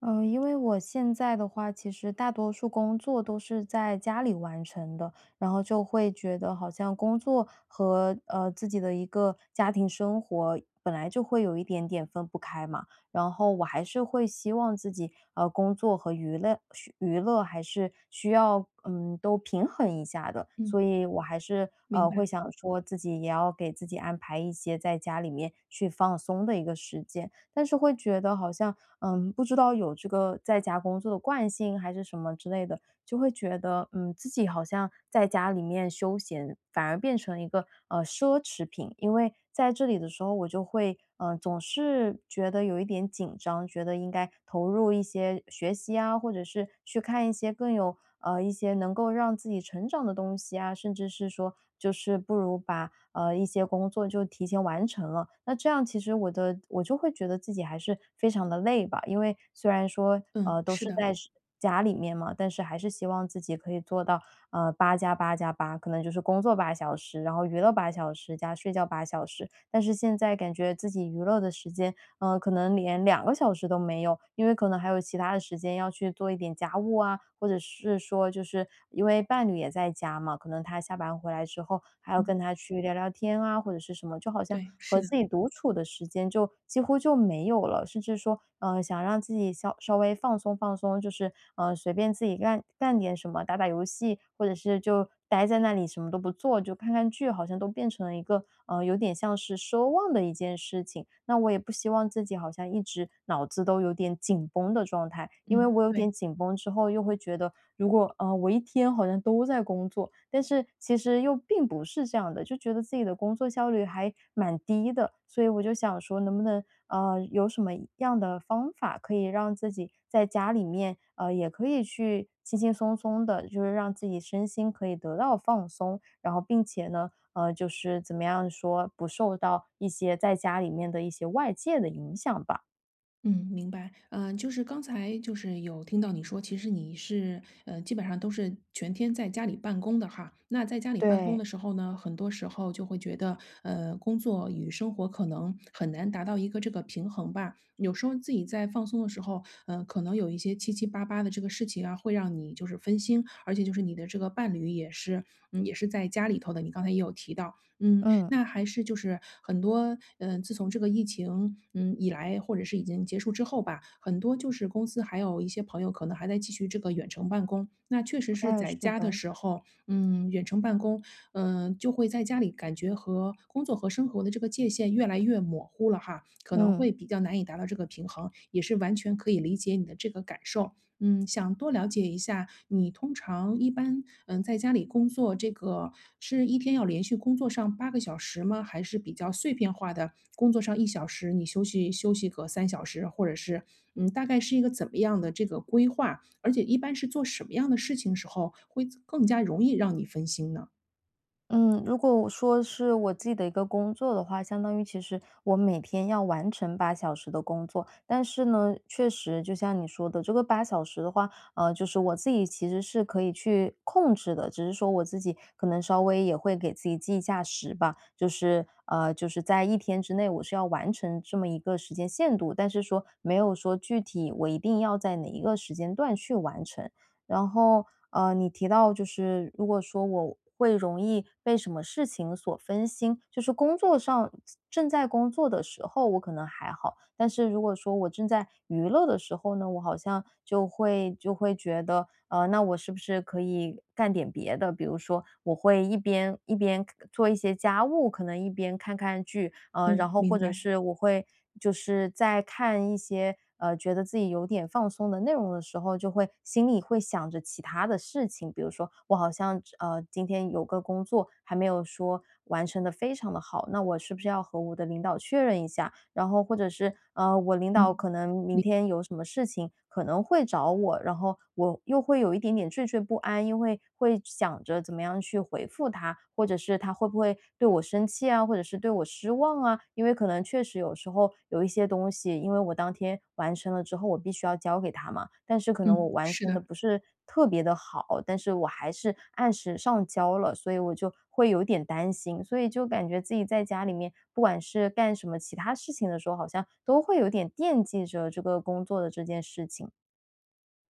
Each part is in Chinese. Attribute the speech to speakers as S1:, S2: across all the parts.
S1: 因为我现在的话，其实大多数工作都是在家里完成的，然后就会觉得好像工作和自己的一个家庭生活本来就会有一点点分不开嘛。然后我还是会希望自己工作和娱乐还是需要都平衡一下的，所
S2: 嗯，
S1: 以我还是
S2: 明
S1: 会
S2: 白。
S1: 想说自己也要给自己安排一些在家里面去放松的一个时间。但是会觉得好像，不知道有这个在家工作的惯性还是什么之类的，就会觉得，自己好像在家里面休闲，反而变成一个奢侈品。因为在这里的时候，我就会总是觉得有一点紧张，觉得应该投入一些学习啊，或者是去看一些更有一些能够让自己成长的东西啊，甚至是说就是不如把一些工作就提前完成了。那这样其实我就会觉得自己还是非常的累吧，因为虽然说
S2: 嗯，
S1: 都
S2: 是
S1: 是
S2: 的，
S1: 在家里面嘛，但是还是希望自己可以做到，八加八加八，可能就是工作八小时，然后娱乐八小时加睡觉八小时。但是现在感觉自己娱乐的时间可能连2个小时都没有，因为可能还有其他的时间要去做一点家务啊，或者是说就是因为伴侣也在家嘛，可能他下班回来之后还要
S2: 嗯，
S1: 跟他去聊聊天啊，或者是什么，就好像
S2: 对，是
S1: 和
S2: 的，
S1: 自己独处的时间就几乎就没有了，甚至说，想让自己稍微放松放松，就是，随便自己干点什么，打打游戏，或者是就待在那里什么都不做，就看看剧，好像都变成了一个，有点像是奢望的一件事情。那我也不希望自己好像一直脑子都有点紧绷的状态，因为
S2: 嗯，
S1: 我有点
S2: 对，
S1: 紧绷之后，又会觉得如果，我一天好像都在工作，但是其实又并不是这样的，就觉得自己的工作效率还蛮低的。所以我就想说能不能有什么样的方法可以让自己在家里面，也可以去轻轻松松的，就是让自己身心可以得到放松，然后并且呢，就是怎么样说，不受到一些在家里面的一些外界的影响吧。
S2: 嗯，明白。嗯，就是刚才就是有听到你说，其实你是基本上都是全天在家里办公的哈。那在家里办公
S1: 对，
S2: 的时候呢，很多时候就会觉得，工作与生活可能很难达到一个这个平衡吧。有时候自己在放松的时候，可能有一些七七八八的这个事情啊，会让你就是分心，而且就是你的这个伴侣也是，嗯，也是在家里头的。你刚才也有提到。嗯，
S1: 嗯，
S2: 那还是就是很多，嗯，自从这个疫情，嗯，以来，或者是已经结束之后吧，很多就是公司还有一些朋友可能还在继续这个远程办公。那确实是
S1: 哎，
S2: 在
S1: 是
S2: 家的
S1: 的。
S2: 时候，嗯，远程办公，嗯，就会在家里感觉和工作和生活的这个界限越来越模糊了哈，可能会
S1: 嗯。
S2: 比较难以达到这个平衡，也是完全可以理解你的这个感受。嗯，想多了解一下，你通常一般，嗯，在家里工作这个是一天要连续工作上8个小时吗？还是比较碎片化的，工作上1小时，你休息休息个3小时，或者是，嗯，大概是一个怎么样的这个规划？而且一般是做什么样的事情时候，会更加容易让你分心呢？
S1: 嗯，如果我说是我自己的一个工作的话，相当于其实我每天要完成八小时的工作。但是呢，确实就像你说的，这个八小时的话，就是我自己其实是可以去控制的，只是说我自己可能稍微也会给自己记一下时吧，就是在一天之内我是要完成这么一个时间限度，但是说没有说具体我一定要在哪一个时间段去完成。然后，你提到就是如果说我会容易被什么事情所分心，就是工作上正在工作的时候，我可能还好，但是如果说我正在娱乐的时候呢，我好像就会觉得，那我是不是可以干点别的？比如说，我会一边做一些家务，可能一边看看剧，然
S2: 嗯，
S1: 后
S2: 明
S1: 或者
S2: 白，
S1: 是我会就是在看一些。觉得自己有点放松的内容的时候，就会心里会想着其他的事情，比如说我好像今天有个工作还没有说完成的非常的好，那我是不是要和我的领导确认一下？然后或者是我领导
S2: 嗯，
S1: 可能明天有什么事情可能会找我，然后我又会有一点点惴惴不安，因为会想着怎么样去回复他，或者是他会不会对我生气啊，或者是对我失望啊？因为可能确实有时候有一些东西，因为我当天完成了之后，我必须要交给他嘛，但是可能我
S2: 嗯，
S1: 完
S2: 是
S1: 成的
S2: 的。
S1: 不是特别的好，但是我还是按时上交了，所以我就会有点担心。所以就感觉自己在家里面，不管是干什么其他事情的时候，好像都会有点惦记着这个工作的这件事情。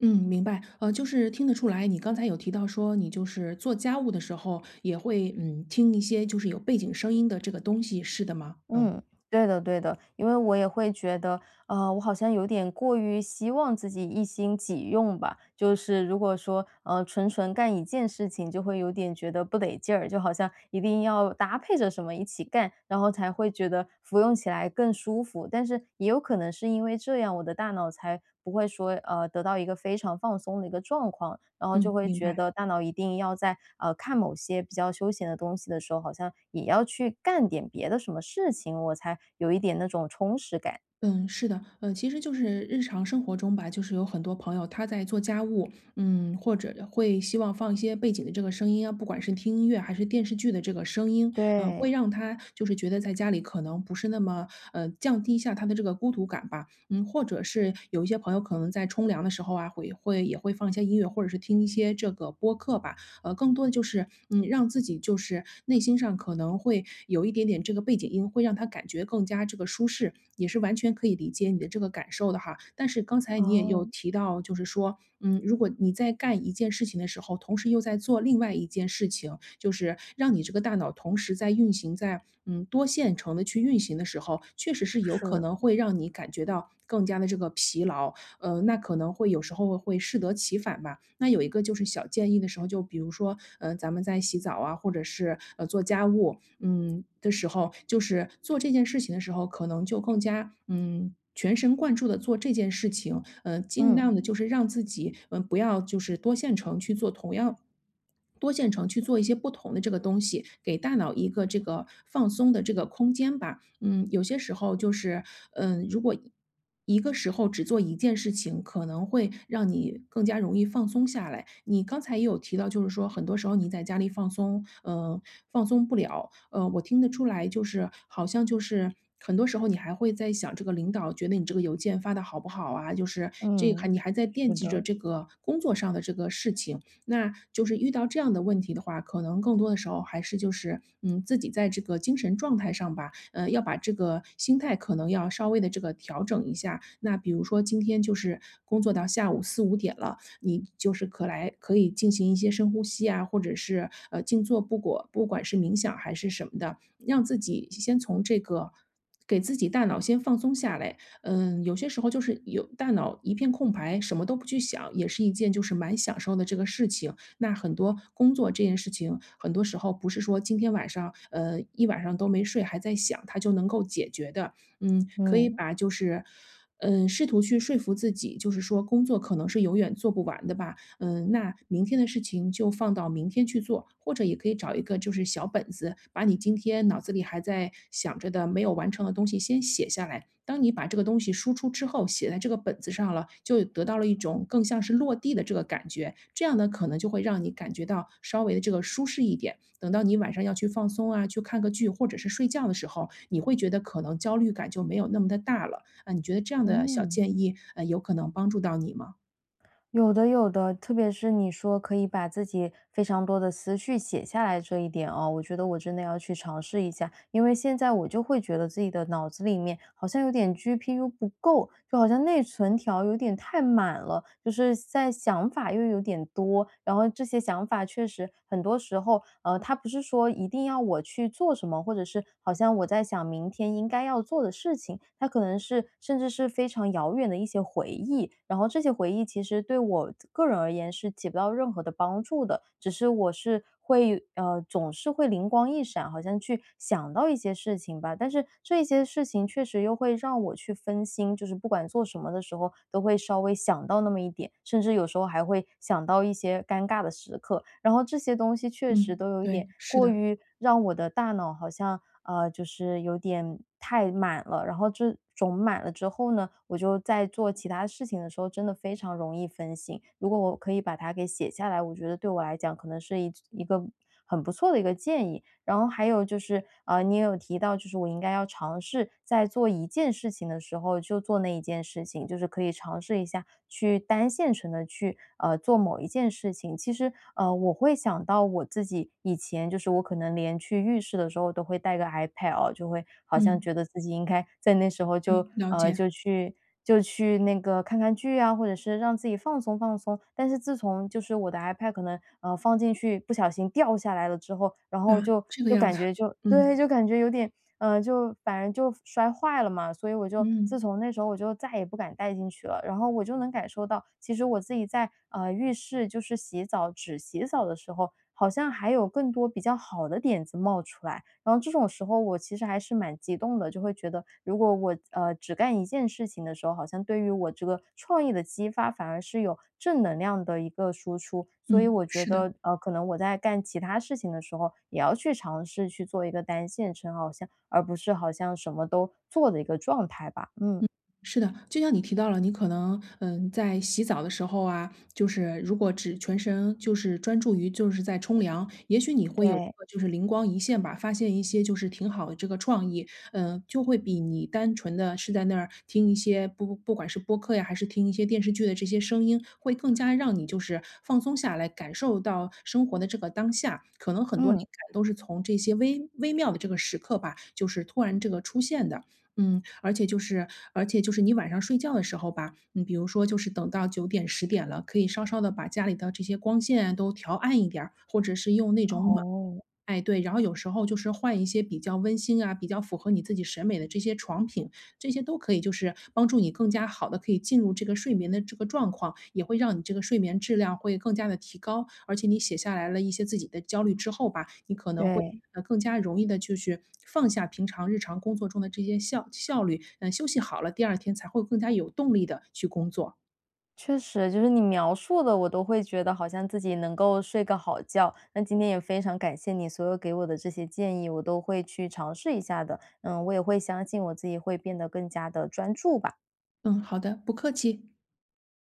S2: 嗯，明白。就是听得出来，你刚才有提到说，你就是做家务的时候也会，嗯，听一些就是有背景声音的这个东西，是的吗？嗯。
S1: 嗯，对的对的，因为我也会觉得，我好像有点过于希望自己一心几用吧。就是如果说，纯纯干一件事情，就会有点觉得不得劲儿，就好像一定要搭配着什么一起干，然后才会觉得服用起来更舒服。但是也有可能是因为这样，我的大脑才不会说，得到一个非常放松的一个状况，然后就
S2: 嗯，
S1: 会
S2: 明
S1: 觉
S2: 白。
S1: 得大脑一定要在看某些比较休闲的东西的时候，好像也要去干点别的什么事情，我才有一点那种充实感。
S2: 嗯，是的，其实就是日常生活中吧，就是有很多朋友他在做家务，嗯，或者会希望放一些背景的这个声音啊，不管是听音乐还是电视剧的这个声音，嗯、会
S1: 对，
S2: 让他就是觉得在家里可能不是那么降低一下他的这个孤独感吧，嗯，或者是有一些朋友可能在冲凉的时候啊，会也会放一些音乐，或者是听一些这个播客吧，更多的就是，嗯，让自己就是内心上可能会有一点点这个背景音，会让他感觉更加这个舒适，也是完全可以理解你的这个感受的哈。但是刚才你也有
S1: 哦，
S2: 提到，就是说，嗯，如果你在干一件事情的时候，同时又在做另外一件事情，就是让你这个大脑同时在运行在，嗯，多线程的去运行的时候，确实是有可
S1: 是，
S2: 能会让你感觉到更加的这个疲劳，那可能会有时候会适得其反吧。那有一个就是小建议的时候，就比如说，咱们在洗澡啊，或者是做家务，嗯的时候，就是做这件事情的时候，可能就更加嗯。全神贯注的做这件事情，尽量
S1: 嗯，
S2: 的就是让自己，嗯、不要就是多线程去做同样多线程去做一些不同的这个东西，给大脑一个这个放松的这个空间吧。嗯，有些时候就是，嗯，如果一个时候只做一件事情，可能会让你更加容易放松下来。你刚才也有提到，就是说很多时候你在家里放松，放松不了。我听得出来，就是好像就是很多时候你还会在想这个领导觉得你这个邮件发的好不好啊，就是这个还
S1: 嗯，
S2: 你还在惦
S1: 是
S2: 记着
S1: 的，
S2: 这个工作上的这个事情。那就是遇到这样的问题的话，可能更多的时候还是就是，嗯，自己在这个精神状态上吧。要把这个心态可能要稍微的这个调整一下。那比如说今天就是工作到下午4、5点了，你就是可以进行一些深呼吸啊，或者是，静坐，不管是冥想还是什么的，让自己先从这个给自己大脑先放松下来。嗯，有些时候就是有大脑一片空白，什么都不去想，也是一件就是蛮享受的这个事情。那很多工作这件事情，很多时候不是说今天晚上，一晚上都没睡，还在想，它就能够解决的。嗯，可以
S1: 嗯，
S2: 把就是，嗯，试图去说服自己，就是说工作可能是永远做不完的吧，嗯，那明天的事情就放到明天去做，或者也可以找一个就是小本子，把你今天脑子里还在想着的没有完成的东西先写下来。当你把这个东西输出之后，写在这个本子上了，就得到了一种更像是落地的这个感觉。这样呢，可能就会让你感觉到稍微的这个舒适一点。等到你晚上要去放松啊，去看个剧或者是睡觉的时候，你会觉得可能焦虑感就没有那么的大了。啊，你觉得这样的小
S1: 嗯，
S2: 建议，有可能帮助到你吗？
S1: 有的有的，特别是你说可以把自己非常多的思绪写下来这一点哦，我觉得我真的要去尝试一下，因为现在我就会觉得自己的脑子里面好像有点 GPU 不够，就好像内存条有点太满了，就是在想法又有点多，然后这些想法确实很多时候，它不是说一定要我去做什么。或者是好像我在想明天应该要做的事情，它可能是甚至是非常遥远的一些回忆，然后这些回忆其实对我个人而言是起不到任何的帮助的，只是我是会总是会灵光一闪，好像去想到一些事情吧，但是这些事情确实又会让我去分心，就是不管做什么的时候都会稍微会想到那么一点，甚至有时候还会想到一些尴尬的时刻。然后这些东西确实
S2: 嗯，
S1: 都有一点
S2: 对，是
S1: 过
S2: 的。
S1: 于让我的大脑好像，就是有点太满了，然后这种满了之后呢，我就在做其他事情的时候真的非常容易分心。如果我可以把它给写下来，我觉得对我来讲可能是一个很不错的一个建议。然后还有就是，你也有提到，就是我应该要尝试在做一件事情的时候就做那一件事情，就是可以尝试一下去单线程的去，做某一件事情。其实，我会想到我自己以前就是我可能连去浴室的时候都会带个 iPad 哦，就会好像
S2: 嗯，
S1: 觉得自己应该在那时候就
S2: 嗯，了解，
S1: 就去那个看看剧啊，或者是让自己放松放松。但是自从就是我的 iPad 可能，放进去不小心掉下来了之后，然
S2: 啊，
S1: 后就
S2: 这个
S1: 就
S2: 样
S1: 感
S2: 子，
S1: 觉就对，
S2: 嗯，
S1: 就感觉有点，就反正就摔坏了嘛，所以我就自
S2: 嗯，
S1: 从那时候我就再也不敢带进去了。然后我就能感受到，其实我自己在，浴室就是只洗澡的时候，好像还有更多比较好的点子冒出来。然后这种时候我其实还是蛮激动的，就会觉得如果我只干一件事情的时候，好像对于我这个创意的激发反而是有正能量的一个输出。所以
S2: 嗯，
S1: 我觉
S2: 是的。
S1: 得可能我在干其他事情的时候，也要去尝试去做一个单线程，好像而不是好像什么都做的一个状态吧。嗯，
S2: 是的，就像你提到了，你可能，嗯，在洗澡的时候啊，就是如果只全身就是专注于就是在冲凉，也许你会有一
S1: 对，
S2: 个就是灵光一现吧，发现一些就是挺好的这个创意，嗯，就会比你单纯的是在那儿听一些不管是播客呀，还是听一些电视剧的这些声音，会更加让你就是放松下来，感受到生活的这个当下。可能很多灵
S1: 嗯，
S2: 感都是从这些微妙的这个时刻吧，就是突然这个出现的。嗯，而且就是你晚上睡觉的时候吧，嗯，比如说就是等到9点10点了，可以稍稍的把家里的这些光线都调暗一点儿或者是用那种暖
S1: 哦，
S2: 哎，对，然后有时候就是换一些比较温馨啊，比较符合你自己审美的这些床品，这些都可以就是帮助你更加好的可以进入这个睡眠的这个状况，也会让你这个睡眠质量会更加的提高。而且你写下来了一些自己的焦虑之后吧，你可能会，
S1: 对。
S2: 更加容易的就是放下平常日常工作中的这些效率，嗯，休息好了，第2天才会更加有动力的去工作。
S1: 确实，就是你描述的，我都会觉得好像自己能够睡个好觉。那今天也非常感谢你所有给我的这些建议，我都会去尝试一下的。嗯，我也会相信我自己会变得更加的专注吧。
S2: 嗯，好的，不客气。